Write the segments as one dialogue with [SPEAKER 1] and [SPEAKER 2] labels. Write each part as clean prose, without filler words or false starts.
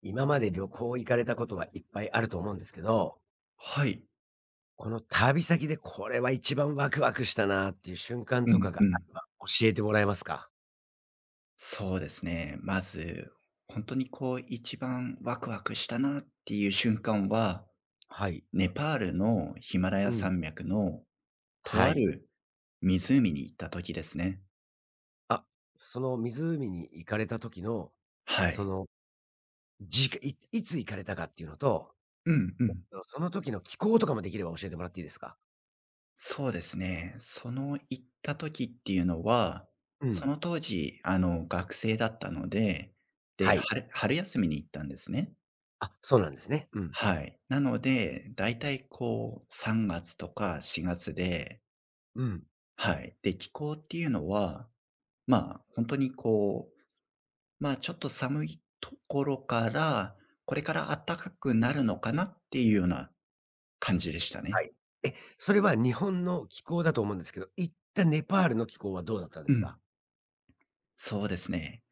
[SPEAKER 1] 今まで旅行行かれたことはいっぱいあると思うんですけど、
[SPEAKER 2] はい。
[SPEAKER 1] この旅先でこれは一番ワクワクしたなっていう瞬間
[SPEAKER 2] う
[SPEAKER 1] とか
[SPEAKER 2] ん
[SPEAKER 1] が
[SPEAKER 2] う
[SPEAKER 1] あ
[SPEAKER 2] ん。
[SPEAKER 1] れば教えてもらえますか？
[SPEAKER 2] そうですね。まず、本当にこう一番ワクワクしたなっていう瞬間は、
[SPEAKER 1] はい。
[SPEAKER 2] ネパールのヒマラ
[SPEAKER 1] う
[SPEAKER 2] ヤ
[SPEAKER 1] ん。
[SPEAKER 2] 山脈のと
[SPEAKER 1] は
[SPEAKER 2] あ
[SPEAKER 1] い。
[SPEAKER 2] る湖に行った時ですね。
[SPEAKER 1] あ、その湖に行かれた時の、
[SPEAKER 2] は
[SPEAKER 1] そ
[SPEAKER 2] い。
[SPEAKER 1] の、じかいいつ行かれたかっていうのと、
[SPEAKER 2] うんうん。
[SPEAKER 1] その時の気候とかもできれば教えてもらっていいですか？
[SPEAKER 2] そうですね。その行った時っていうのは、
[SPEAKER 1] う
[SPEAKER 2] そ
[SPEAKER 1] ん。
[SPEAKER 2] の当時、学生だったので、
[SPEAKER 1] は
[SPEAKER 2] で、
[SPEAKER 1] い。
[SPEAKER 2] 春休みに行ったんですね。
[SPEAKER 1] あ、そうなんですね。うん。
[SPEAKER 2] はい。なので、だいたいこう3月とか4月で
[SPEAKER 1] うん。
[SPEAKER 2] はい。で、気候っていうのは、本当にこう、ちょっと寒いところから、これから暖かくなるのかなっていうような感じでした
[SPEAKER 1] は
[SPEAKER 2] ね。
[SPEAKER 1] い。え、それは日本の気候だと思うんですけど、行ったネパールの気候はどうだったんで
[SPEAKER 2] う
[SPEAKER 1] すか？
[SPEAKER 2] ん。そうですね。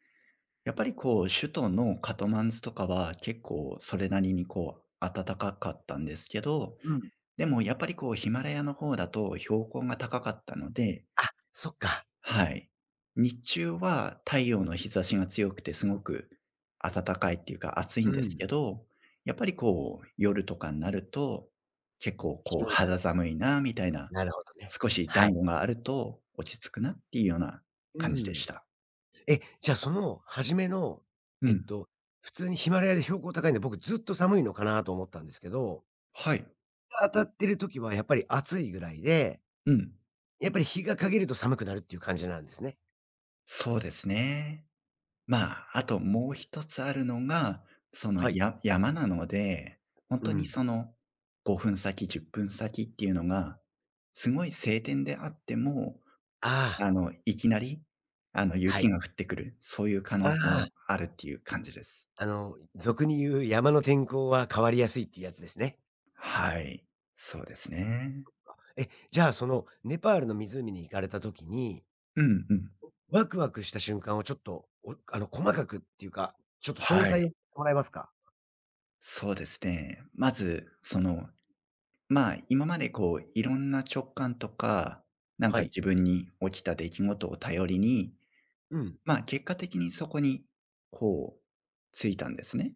[SPEAKER 2] やっぱりこう、首都のカトマンズとかは結構それなりにこう、暖かかったんですけど、
[SPEAKER 1] うん。
[SPEAKER 2] でもやっぱりこうヒマラヤの方だと標高が高かったので、
[SPEAKER 1] あ、そっか。
[SPEAKER 2] はい。日中は太陽の日差しが強くてすごく暖かいっていうか暑い
[SPEAKER 1] う
[SPEAKER 2] んですけ
[SPEAKER 1] ん。
[SPEAKER 2] ど、やっぱりこう夜とかになると、結構こう
[SPEAKER 1] 消える感
[SPEAKER 2] 肌
[SPEAKER 1] じ。
[SPEAKER 2] 寒いなみたいな、
[SPEAKER 1] なるほどね。
[SPEAKER 2] 少し
[SPEAKER 1] は
[SPEAKER 2] 暖
[SPEAKER 1] い。
[SPEAKER 2] 炉があると落ち着くなっていうような
[SPEAKER 1] う
[SPEAKER 2] 感じで
[SPEAKER 1] ん。
[SPEAKER 2] した。
[SPEAKER 1] え、じゃあ、その初めの、
[SPEAKER 2] う
[SPEAKER 1] えっ
[SPEAKER 2] ん。
[SPEAKER 1] と、普通にヒマラヤで標高高いんで、僕ずっと寒いのかなと思ったんですけど、
[SPEAKER 2] はい。
[SPEAKER 1] 当たってる時はやっぱり暑いぐらいで、
[SPEAKER 2] うん。
[SPEAKER 1] やっぱり日が陰ると寒くなるっていう感じなんですね。
[SPEAKER 2] そうですね。まあ、あと
[SPEAKER 1] うん。
[SPEAKER 2] もう一つあるのが、その、
[SPEAKER 1] はい。
[SPEAKER 2] 山なので、本
[SPEAKER 1] う
[SPEAKER 2] 当に
[SPEAKER 1] ん。
[SPEAKER 2] その、5分先、10分先っていうのが、すごい晴天であっても、
[SPEAKER 1] ああ、
[SPEAKER 2] いきなり、
[SPEAKER 1] は
[SPEAKER 2] 雪
[SPEAKER 1] い。
[SPEAKER 2] が降ってくる、そういう可
[SPEAKER 1] あ
[SPEAKER 2] 能性
[SPEAKER 1] あ、
[SPEAKER 2] もあるっていう感じです。
[SPEAKER 1] あの、俗に言う山の天候は変わりやすいっていうやつですね。
[SPEAKER 2] はい。そうですね。
[SPEAKER 1] え、じゃあ、そのネパールの湖に行かれた時に、
[SPEAKER 2] うんうん。
[SPEAKER 1] ワクワクした瞬間をちょっと、おあの、細かくっていうか、ちょっと詳
[SPEAKER 2] は
[SPEAKER 1] 細を
[SPEAKER 2] い。
[SPEAKER 1] もらえますか？
[SPEAKER 2] そうですね。まず、その、今までこう、いろんな直感とか、なん
[SPEAKER 1] は
[SPEAKER 2] か
[SPEAKER 1] い。
[SPEAKER 2] 自分に起きた出来事を頼りに
[SPEAKER 1] うん。
[SPEAKER 2] まあ、結果的にそこに、こう、着いたんですね。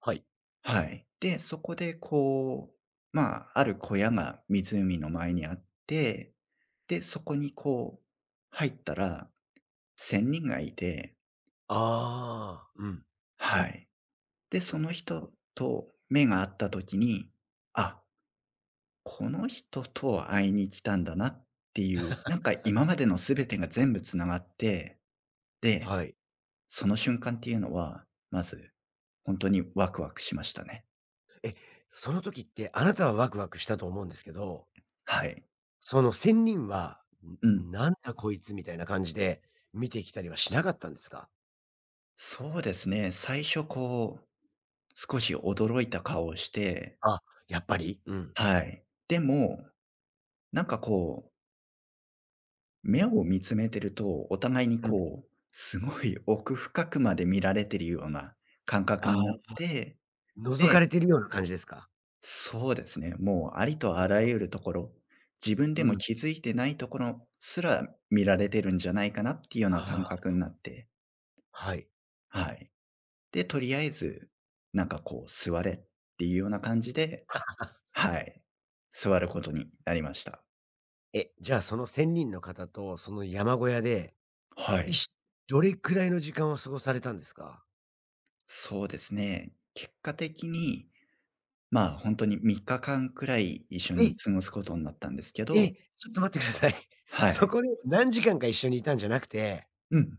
[SPEAKER 1] はい。
[SPEAKER 2] はい。で、そこでこう、まあ、ある小屋が湖の前にあって、で、そこにこう、入ったら仙人がいて、
[SPEAKER 1] ああ、うん、
[SPEAKER 2] はい。で、その人と目が合った時に、あ、この人と会いに来たんだなっていう、なんか今までの全てが全部つながって、で、
[SPEAKER 1] はい。
[SPEAKER 2] その瞬間っていうのは、まず本当にワクワクしましたね。
[SPEAKER 1] え、その時ってあなたはワクワクしたと思うんですけど、
[SPEAKER 2] はい。
[SPEAKER 1] その仙人は、
[SPEAKER 2] う
[SPEAKER 1] ん、
[SPEAKER 2] ん。
[SPEAKER 1] なんだこいつみたいな感じで見てきたりはしなかったんですか？
[SPEAKER 2] そうですね。最初こう、少し驚いた顔をして、
[SPEAKER 1] あ、やっぱり？うん。
[SPEAKER 2] はい。でも、なんかこう、目を見つめてると、お互いに
[SPEAKER 1] うん。
[SPEAKER 2] こう、すごい奥深くまで見られてるような感覚
[SPEAKER 1] あ
[SPEAKER 2] になっ
[SPEAKER 1] あ、
[SPEAKER 2] て、
[SPEAKER 1] 覗か
[SPEAKER 2] で、
[SPEAKER 1] れてるような感じですか？
[SPEAKER 2] そうですね。もうありとあらゆるところ、自分で
[SPEAKER 1] う
[SPEAKER 2] も
[SPEAKER 1] ん。
[SPEAKER 2] 気づいてないところすら見られてるんじゃないかなっていうよう
[SPEAKER 1] あ
[SPEAKER 2] な感覚
[SPEAKER 1] あ、
[SPEAKER 2] になって、
[SPEAKER 1] はい。
[SPEAKER 2] はい。で、とりあえず、なんかこう座れっていうような感じで、
[SPEAKER 1] あ
[SPEAKER 2] はい、座ることになりました。
[SPEAKER 1] じゃあその仙人の方とその山小屋で
[SPEAKER 2] は
[SPEAKER 1] い
[SPEAKER 2] い。
[SPEAKER 1] しどれくらいの時間を過ごされたんですか？
[SPEAKER 2] そうですね。結果的に、本当に3日間くらい一緒に
[SPEAKER 1] え、
[SPEAKER 2] 過ごすことになったんですけ
[SPEAKER 1] え、
[SPEAKER 2] ど
[SPEAKER 1] ちょっと待ってください。
[SPEAKER 2] は
[SPEAKER 1] そ
[SPEAKER 2] い。
[SPEAKER 1] こで何時間か一緒にいたんじゃなくて、
[SPEAKER 2] うん。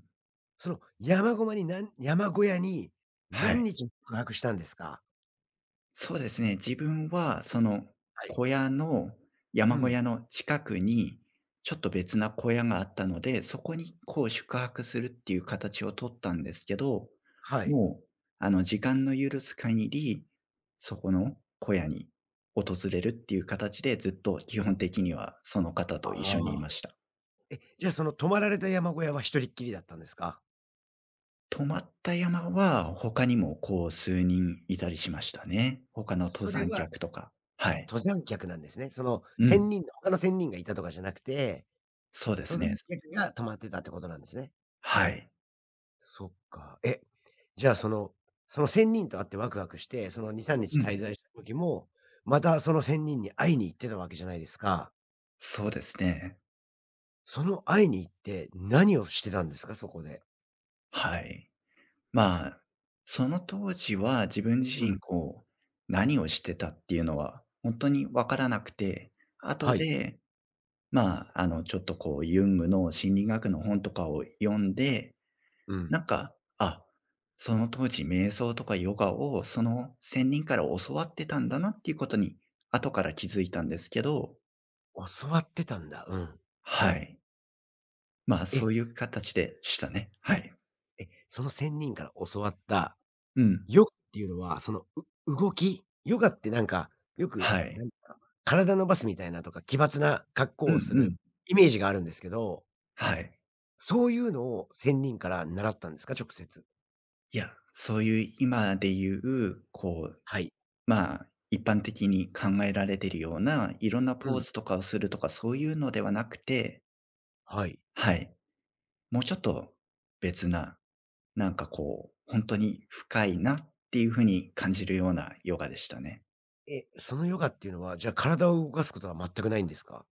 [SPEAKER 1] その山ごまになん山小屋に
[SPEAKER 2] は
[SPEAKER 1] 何
[SPEAKER 2] い。
[SPEAKER 1] 日も宿泊したんですか？
[SPEAKER 2] そうですね。自分はその
[SPEAKER 1] はい。
[SPEAKER 2] 小屋の
[SPEAKER 1] う
[SPEAKER 2] 山小
[SPEAKER 1] ん。
[SPEAKER 2] 屋の近くに、ちょっと別な小屋があったので、そこにこう宿泊するっていう形をとったんですけど、
[SPEAKER 1] はい。
[SPEAKER 2] もう時間の許す限り、そこの小屋に訪れるっていう形で、ずっと基本的にはその方と一緒に
[SPEAKER 1] あ
[SPEAKER 2] い
[SPEAKER 1] あ。
[SPEAKER 2] ました。
[SPEAKER 1] え、じゃあその泊まられた山小屋は一人っきりだったんですか？
[SPEAKER 2] 泊まった山は他にもこう数人いたりしましたね。他の登
[SPEAKER 1] それ
[SPEAKER 2] 山
[SPEAKER 1] は、
[SPEAKER 2] 客とか。
[SPEAKER 1] あ、
[SPEAKER 2] はい。
[SPEAKER 1] 登山客なんですね。その
[SPEAKER 2] う
[SPEAKER 1] 1
[SPEAKER 2] ん。
[SPEAKER 1] 人の他の1000人がいたとかじゃなくて、
[SPEAKER 2] そうです
[SPEAKER 1] 登
[SPEAKER 2] ね。
[SPEAKER 1] 山客が泊まってたってことなんですね。
[SPEAKER 2] はい。
[SPEAKER 1] そっか。え、じゃあその1人と会ってワクワクして、その2、3日
[SPEAKER 2] う
[SPEAKER 1] 滞
[SPEAKER 2] ん。
[SPEAKER 1] 在した時も、またその仙人に会いに行ってたわけじゃないですか。
[SPEAKER 2] そうですね。
[SPEAKER 1] その会いに行って何をしてたんですか？そこで。
[SPEAKER 2] はい。まあ、その当時は自分自
[SPEAKER 1] うん。
[SPEAKER 2] 身こう、何をしてたっていうのは本当にわからなくて、後
[SPEAKER 1] はい。
[SPEAKER 2] で、ちょっとこうユングの心理学の本とかを読んで、
[SPEAKER 1] う
[SPEAKER 2] な
[SPEAKER 1] ん。
[SPEAKER 2] んか、あ、その当時瞑想とかヨガをその仙人から教わってたんだなっていうことに後から気づいたんですけど、
[SPEAKER 1] 教わってたんだ。うん。
[SPEAKER 2] はい。まあ、
[SPEAKER 1] え、
[SPEAKER 2] そういう形でしたね。はい。
[SPEAKER 1] その仙人から教わった
[SPEAKER 2] うん。
[SPEAKER 1] ヨガっていうのは、その、動きヨガってなんか、よく、
[SPEAKER 2] は
[SPEAKER 1] な
[SPEAKER 2] い。
[SPEAKER 1] んか、体伸ばすみたいなとか、奇抜な格好
[SPEAKER 2] うん
[SPEAKER 1] をす
[SPEAKER 2] う
[SPEAKER 1] る
[SPEAKER 2] ん。
[SPEAKER 1] イメージがあるんですけど、
[SPEAKER 2] はい。
[SPEAKER 1] そういうのを仙人から習ったんですか？直接。
[SPEAKER 2] いや、そういう今で言う、こう、
[SPEAKER 1] はい。
[SPEAKER 2] 一般的に考えられてるような、いろんな
[SPEAKER 1] う
[SPEAKER 2] ポー
[SPEAKER 1] ん。
[SPEAKER 2] ズとかをするとか、そういうのではなくて、
[SPEAKER 1] はい。
[SPEAKER 2] はい。もうちょっと別な、なんかこう、本当に深いなっていう風に感じるようなヨガでしたね。
[SPEAKER 1] え、そのヨガっていうのは、じゃあ体を動かすことは全くないんですか？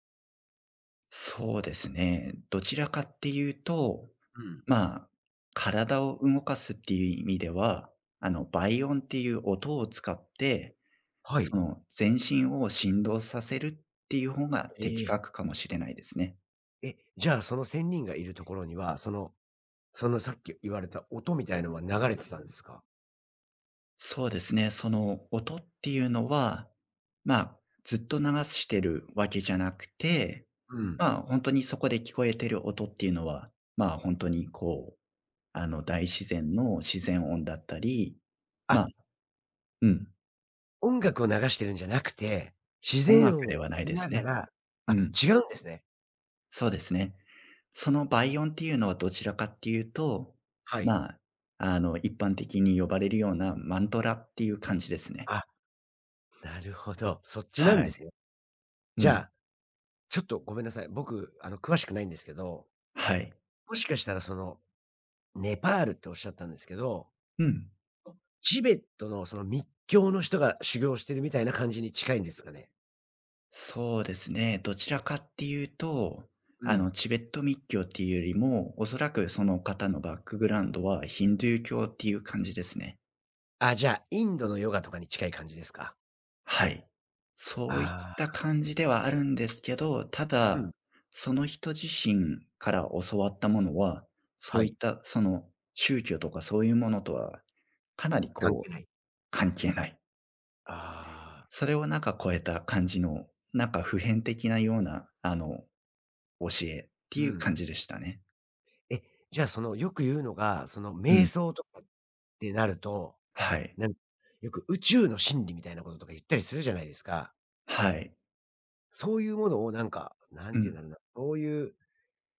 [SPEAKER 2] そうですね。どちらかっていうと、
[SPEAKER 1] うん。
[SPEAKER 2] まあ、体を動かすっていう意味では、倍音っていう音を使って
[SPEAKER 1] は
[SPEAKER 2] そ
[SPEAKER 1] い。
[SPEAKER 2] の、全身を振動させるっていう方が
[SPEAKER 1] え
[SPEAKER 2] 的
[SPEAKER 1] え。
[SPEAKER 2] 確かもしれないですね。
[SPEAKER 1] え、じゃあその仙人がいるところには、そのさっき言われた音みたいのは流れてたんですか？
[SPEAKER 2] そうですね。その音っていうのは、ずっと流してるわけじゃなくて、
[SPEAKER 1] うん。
[SPEAKER 2] 本当にそこで聞こえてる音っていうのは、まあ、本当にこう、あの、大自然の自然音だったり、ま
[SPEAKER 1] あ、
[SPEAKER 2] あうん、
[SPEAKER 1] 音楽を流してるんじゃなくて、自
[SPEAKER 2] 音
[SPEAKER 1] 然
[SPEAKER 2] 楽
[SPEAKER 1] 音を
[SPEAKER 2] ではな
[SPEAKER 1] 聞
[SPEAKER 2] い
[SPEAKER 1] き
[SPEAKER 2] で
[SPEAKER 1] な
[SPEAKER 2] す
[SPEAKER 1] が
[SPEAKER 2] ね。
[SPEAKER 1] ら、
[SPEAKER 2] う
[SPEAKER 1] あ、
[SPEAKER 2] ん。
[SPEAKER 1] 違うんですね。
[SPEAKER 2] そうですね。その倍音っていうのはどちらかっていうと、
[SPEAKER 1] はい。
[SPEAKER 2] まあ、一般的に呼ばれるようなマントラっていう感じですね。
[SPEAKER 1] あ、なるほど。そっちなん
[SPEAKER 2] は
[SPEAKER 1] で
[SPEAKER 2] い。
[SPEAKER 1] すね。
[SPEAKER 2] う
[SPEAKER 1] じゃ
[SPEAKER 2] ん。
[SPEAKER 1] あ、ちょっとごめんなさい。僕、あの詳しくないんですけど、
[SPEAKER 2] はい。
[SPEAKER 1] もしかしたらその、ネパールっておっしゃったんですけど、
[SPEAKER 2] うん。
[SPEAKER 1] チベットのその密教の人が修行してるみたいな感じに近いんですかね？
[SPEAKER 2] そうですね。どちらかっていうと、
[SPEAKER 1] うん。
[SPEAKER 2] チベット密教っていうよりも、おそらくその方のバックグラウンドはヒンドゥー教っていう感じですね。
[SPEAKER 1] あ、じゃあ、インドのヨガとかに近い感じですか？
[SPEAKER 2] はい。そういっ
[SPEAKER 1] あ
[SPEAKER 2] た
[SPEAKER 1] あ。
[SPEAKER 2] 感じではあるんですけど、た
[SPEAKER 1] うん。
[SPEAKER 2] だ、その人自身から教わったものは、そ
[SPEAKER 1] は
[SPEAKER 2] ういっ
[SPEAKER 1] い。
[SPEAKER 2] たその宗教とかそういうものとはかなり
[SPEAKER 1] 関
[SPEAKER 2] こ
[SPEAKER 1] 係
[SPEAKER 2] う、
[SPEAKER 1] ない。
[SPEAKER 2] 関係ない。
[SPEAKER 1] ああ。
[SPEAKER 2] それをなんか超えた感じの、なんか普遍的なような、教えって
[SPEAKER 1] う
[SPEAKER 2] いう
[SPEAKER 1] ん。
[SPEAKER 2] 感じでしたね。
[SPEAKER 1] え、じゃあ、その、よく言うのが、その、
[SPEAKER 2] う
[SPEAKER 1] 瞑
[SPEAKER 2] ん。
[SPEAKER 1] 想とかってなると、
[SPEAKER 2] はい。
[SPEAKER 1] なんよく宇宙の真理みたいなこととか言ったりするじゃないですか。
[SPEAKER 2] はい。
[SPEAKER 1] そういうものをなんか、なん
[SPEAKER 2] う
[SPEAKER 1] て言
[SPEAKER 2] ん。
[SPEAKER 1] うんだろうな、そういう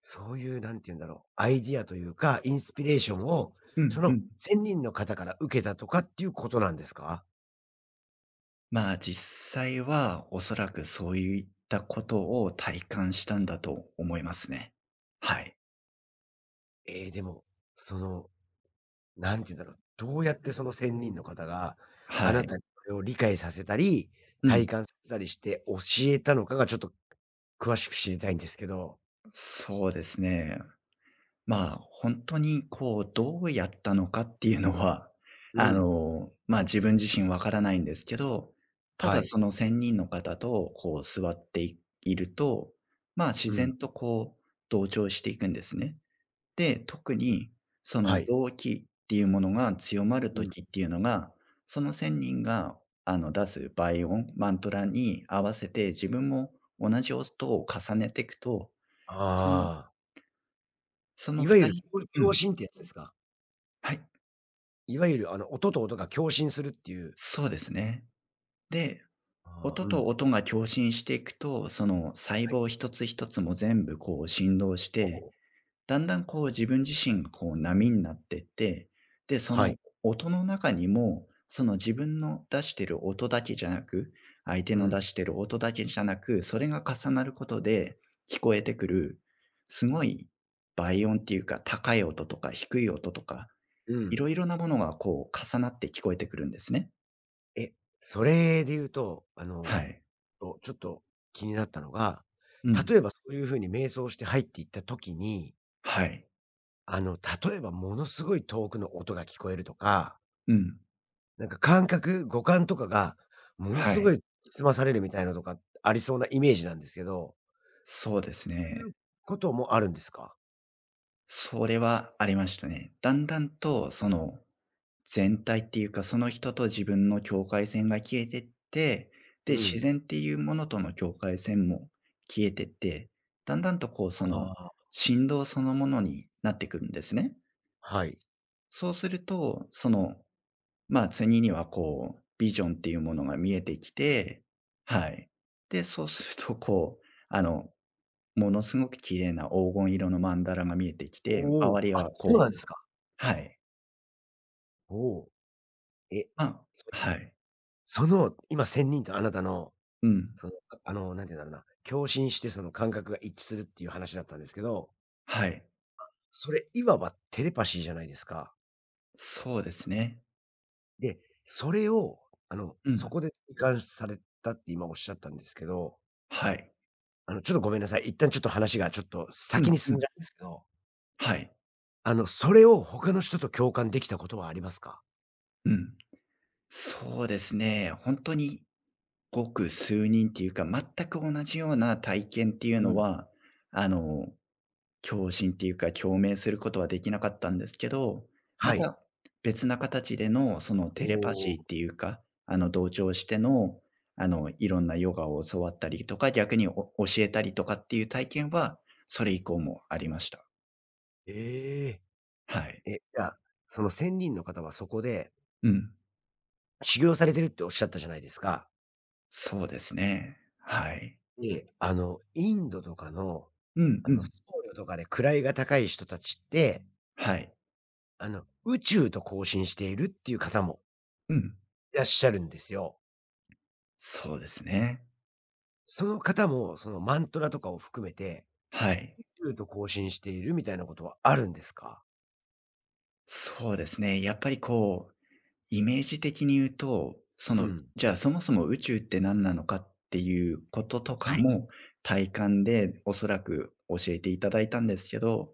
[SPEAKER 1] そういうなんて言うんだろう、アイディアというか、インスピレーションを、
[SPEAKER 2] う
[SPEAKER 1] そ
[SPEAKER 2] んう
[SPEAKER 1] の
[SPEAKER 2] ん。
[SPEAKER 1] 1人の方から受けたとかっていうことなんですか？
[SPEAKER 2] まあ、実際はおそらくそういったことを体感したんだと思いますね。はい。
[SPEAKER 1] ええ、でも、その、なんて言うんだろう、どうやってその1人の方が、
[SPEAKER 2] は
[SPEAKER 1] あな
[SPEAKER 2] い。
[SPEAKER 1] たにそれを理解させたり、
[SPEAKER 2] う
[SPEAKER 1] 体
[SPEAKER 2] ん。
[SPEAKER 1] 感させたりして教えたのかがちょっと詳しく知りたいんですけど。
[SPEAKER 2] そうですね。本当にこう、どうやったのかっていうのは、
[SPEAKER 1] うん。
[SPEAKER 2] 自分自身わからないんですけど、た
[SPEAKER 1] は
[SPEAKER 2] だ
[SPEAKER 1] い。
[SPEAKER 2] その1000人の方とこう座っていると、自
[SPEAKER 1] うん。
[SPEAKER 2] 然とこう同調していくんですね。で、特にそ
[SPEAKER 1] は
[SPEAKER 2] の
[SPEAKER 1] い。
[SPEAKER 2] 動機っていうものが強まる
[SPEAKER 1] うん。
[SPEAKER 2] 時っていうのが、その1000人が出す倍音、マントラに合わせて自分も同じ音を重ねていくと、その
[SPEAKER 1] ああ。
[SPEAKER 2] その
[SPEAKER 1] い
[SPEAKER 2] 2
[SPEAKER 1] わゆる、
[SPEAKER 2] 人
[SPEAKER 1] これ
[SPEAKER 2] う
[SPEAKER 1] 共
[SPEAKER 2] ん、
[SPEAKER 1] 振ってやつですか？
[SPEAKER 2] はい、
[SPEAKER 1] いわゆるあの、音と音が共振するっていう。
[SPEAKER 2] そうですね。で、
[SPEAKER 1] ああ、
[SPEAKER 2] 音
[SPEAKER 1] う
[SPEAKER 2] と
[SPEAKER 1] ん。
[SPEAKER 2] 音が共振していくと、その細
[SPEAKER 1] はい。
[SPEAKER 2] 胞一つ一つも全部こう振動し
[SPEAKER 1] お
[SPEAKER 2] て
[SPEAKER 1] お。
[SPEAKER 2] だんだんこう自分自身がこう波になってって、で、そ
[SPEAKER 1] は
[SPEAKER 2] の
[SPEAKER 1] い。
[SPEAKER 2] 音の中にも、その自分の出してる音だけじゃなく、相手
[SPEAKER 1] う
[SPEAKER 2] の
[SPEAKER 1] ん、
[SPEAKER 2] 出してる音だけじゃなく、それが重なることで聞こえてくる、すごい倍音っていうか、高い音とか低い音とか、
[SPEAKER 1] う
[SPEAKER 2] い
[SPEAKER 1] ん。
[SPEAKER 2] ろいろなものがこう重なって聞こえてくるんですね。
[SPEAKER 1] え、それで言うと、あ
[SPEAKER 2] は
[SPEAKER 1] の、
[SPEAKER 2] い。
[SPEAKER 1] ちょっと気になったのが、
[SPEAKER 2] うん。
[SPEAKER 1] 例えばそういう風に瞑想して入っていった時に、
[SPEAKER 2] はい。
[SPEAKER 1] あの、例えばものすごい遠くの音が聞こえるとか、
[SPEAKER 2] うん。
[SPEAKER 1] なんか感覚、五感とかがもの
[SPEAKER 2] は
[SPEAKER 1] すご
[SPEAKER 2] い。
[SPEAKER 1] い澄まされるみたいなのとかありそうなイメージなんですけど、
[SPEAKER 2] そうです
[SPEAKER 1] そうい
[SPEAKER 2] ね。
[SPEAKER 1] うこともあるんですか？
[SPEAKER 2] それはありましたね。だんだんとその全体っていうか、その人と自分の境界線が消えてって、で、
[SPEAKER 1] う
[SPEAKER 2] 自
[SPEAKER 1] ん。
[SPEAKER 2] 然っていうものとの境界線も消えてって、だんだんとこう、そ
[SPEAKER 1] あ
[SPEAKER 2] の、
[SPEAKER 1] あ。
[SPEAKER 2] 振動そのものになってくるんですね。
[SPEAKER 1] はい。
[SPEAKER 2] そうすると、その、次にはこう、ビジョンっていうものが見えてきて、はい。で、そうすると、こう、ものすごく綺麗な黄金色の曼荼羅が見えてきて、
[SPEAKER 1] おお、
[SPEAKER 2] 周り
[SPEAKER 1] あ、
[SPEAKER 2] は
[SPEAKER 1] そう
[SPEAKER 2] こ
[SPEAKER 1] なん
[SPEAKER 2] う
[SPEAKER 1] ですか。
[SPEAKER 2] はい。
[SPEAKER 1] おお。え、
[SPEAKER 2] あ、
[SPEAKER 1] そ
[SPEAKER 2] は
[SPEAKER 1] の
[SPEAKER 2] い。
[SPEAKER 1] その今仙人とあなたの
[SPEAKER 2] うん。
[SPEAKER 1] その、あの、なんて言うんだろうな、共振してその感覚が一致するっていう話だったんですけど、
[SPEAKER 2] はい。
[SPEAKER 1] それいわばテレパシーじゃないですか。
[SPEAKER 2] そうですね。
[SPEAKER 1] で、それを、あの、
[SPEAKER 2] う
[SPEAKER 1] そ
[SPEAKER 2] ん。
[SPEAKER 1] こで体感されたって今おっしゃったんですけど、
[SPEAKER 2] はい。
[SPEAKER 1] あの、ちょっとごめんなさい。一旦ちょっと話がちょっと
[SPEAKER 2] う
[SPEAKER 1] 先に
[SPEAKER 2] んう
[SPEAKER 1] 進ん
[SPEAKER 2] ん。
[SPEAKER 1] じゃうんですけど、
[SPEAKER 2] はい。
[SPEAKER 1] あの、それを他の人と共感できたことはありますか？
[SPEAKER 2] うん。そうですね。本当にごく数人っていうか、全く同じような体験っていう
[SPEAKER 1] う
[SPEAKER 2] の
[SPEAKER 1] ん。
[SPEAKER 2] は、あの、共振っていうか、共鳴することはできなかったんですけど、
[SPEAKER 1] は
[SPEAKER 2] ま
[SPEAKER 1] い。
[SPEAKER 2] た別な形でのその
[SPEAKER 1] お
[SPEAKER 2] テレパ
[SPEAKER 1] お、
[SPEAKER 2] シーっていうか、同調しての、いろんなヨガを教わったりとか、逆にお教えたりとかっていう体験は、それ以降もありました。
[SPEAKER 1] え
[SPEAKER 2] はい。
[SPEAKER 1] え。え、じゃあ、その仙人の方はそこで
[SPEAKER 2] うん。
[SPEAKER 1] 修行されてるっておっしゃったじゃないですか。
[SPEAKER 2] そうですね。はい。
[SPEAKER 1] で、あの、インドとかの、
[SPEAKER 2] うん
[SPEAKER 1] あ
[SPEAKER 2] う
[SPEAKER 1] の、僧
[SPEAKER 2] ん。
[SPEAKER 1] 侶とかで位が高い人たちって、
[SPEAKER 2] はい。
[SPEAKER 1] あの、宇宙と交信しているっていう方も
[SPEAKER 2] うん。
[SPEAKER 1] いらっしゃるんですよ。
[SPEAKER 2] そうですね。
[SPEAKER 1] その方も、そのマントラとかを含めて、
[SPEAKER 2] はい。
[SPEAKER 1] 宇宙と交信しているみたいなことはあるんですか？
[SPEAKER 2] そうですね。やっぱりこう、イメージ的に言うと、そ
[SPEAKER 1] う
[SPEAKER 2] の、
[SPEAKER 1] ん。
[SPEAKER 2] じゃあそもそも宇宙って何なのかっていうことと
[SPEAKER 1] は
[SPEAKER 2] か
[SPEAKER 1] い。
[SPEAKER 2] も、体感でおそらく教えていただいたんですけど、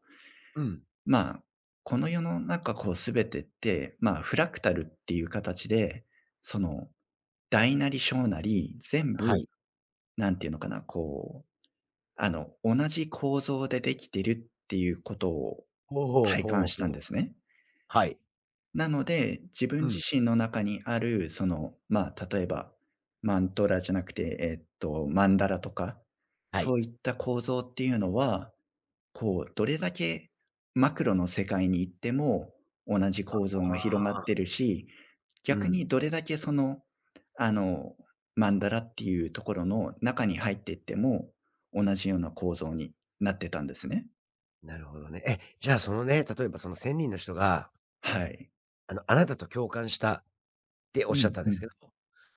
[SPEAKER 1] うん。
[SPEAKER 2] まあ、この世の中こうすべてって、まあ、フラクタルっていう形で、その、大なり小なり全
[SPEAKER 1] は
[SPEAKER 2] 部、
[SPEAKER 1] い。
[SPEAKER 2] なんていうのかな、こう同じ構造でできてるっていうことを
[SPEAKER 1] ほうほう
[SPEAKER 2] 体
[SPEAKER 1] ほう
[SPEAKER 2] 感した
[SPEAKER 1] ほ
[SPEAKER 2] ん
[SPEAKER 1] う。
[SPEAKER 2] ですね。
[SPEAKER 1] はい。
[SPEAKER 2] なので、自分
[SPEAKER 1] う
[SPEAKER 2] 自
[SPEAKER 1] ん。
[SPEAKER 2] 身の中にある、その、例えば、マントラじゃなくて、マンダラとか、
[SPEAKER 1] は
[SPEAKER 2] そ
[SPEAKER 1] い。
[SPEAKER 2] ういった構造っていうのは、こう、どれだけマクロの世界に行っても同じ構造
[SPEAKER 1] あ
[SPEAKER 2] が広が
[SPEAKER 1] あ、
[SPEAKER 2] ってるし、
[SPEAKER 1] う
[SPEAKER 2] 逆
[SPEAKER 1] ん。
[SPEAKER 2] にどれだけその、あの、マンダラっていうところの中に入っていっても、同じような構造になってたんですね。
[SPEAKER 1] なるほどね。え、じゃあそのね、例えばその1人の人が、
[SPEAKER 2] はい。
[SPEAKER 1] あの、あなたと共感したっておっ
[SPEAKER 2] う
[SPEAKER 1] しゃっ
[SPEAKER 2] ん
[SPEAKER 1] たん
[SPEAKER 2] う
[SPEAKER 1] ですけ
[SPEAKER 2] ん。
[SPEAKER 1] ど、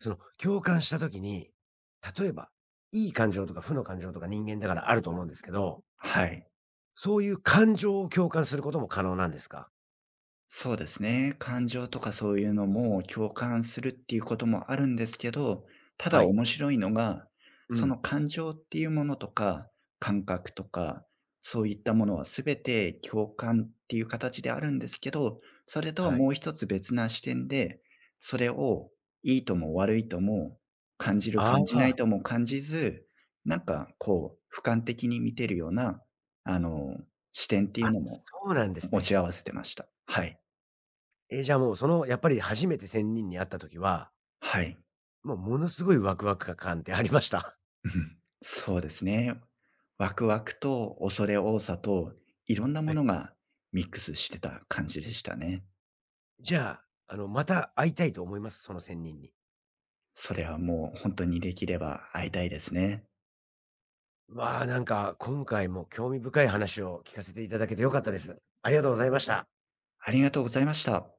[SPEAKER 1] その共感した時に、例えば、いい感情とか負の感情とか人間だからあると思うんですけど、
[SPEAKER 2] はい。
[SPEAKER 1] そういう感情を共感することも可能なんですか？
[SPEAKER 2] そうですね。感情とかそういうのも共感するっていうこともあるんですけど、た
[SPEAKER 1] は
[SPEAKER 2] だ
[SPEAKER 1] い。
[SPEAKER 2] 面白いのが、
[SPEAKER 1] う
[SPEAKER 2] その
[SPEAKER 1] ん。
[SPEAKER 2] 感情っていうものとか、感覚とか、そういったものはすべて共感っていう形であるんですけど、それとは
[SPEAKER 1] はい。
[SPEAKER 2] もう一つ別な視点で、それをいいとも悪いとも、感じる
[SPEAKER 1] あ
[SPEAKER 2] 感じない
[SPEAKER 1] あ、
[SPEAKER 2] とも感じず、なんかこう、俯瞰的に見てるような、あの、視点っていう
[SPEAKER 1] あ、
[SPEAKER 2] のも
[SPEAKER 1] そうなんです
[SPEAKER 2] 持ち
[SPEAKER 1] ね。
[SPEAKER 2] 合わせてました。はい。
[SPEAKER 1] じゃあもうそのやっぱり初めて仙人に会った時は、
[SPEAKER 2] はい。
[SPEAKER 1] もうものすごいワクワク感ってありました？
[SPEAKER 2] うん、そうですね。ワクワクと恐れ多さと、いろんな も
[SPEAKER 1] え、
[SPEAKER 2] のがミックスしてた感じでしたね。
[SPEAKER 1] じゃあ、あの、また会いたいと思います？その仙人に。
[SPEAKER 2] それはもう本当にできれば会いたいですね。
[SPEAKER 1] わあ、なんか今回も興味深い話を聞かせていただけて良かったです。ありがとうございました。
[SPEAKER 2] ありがとうございました。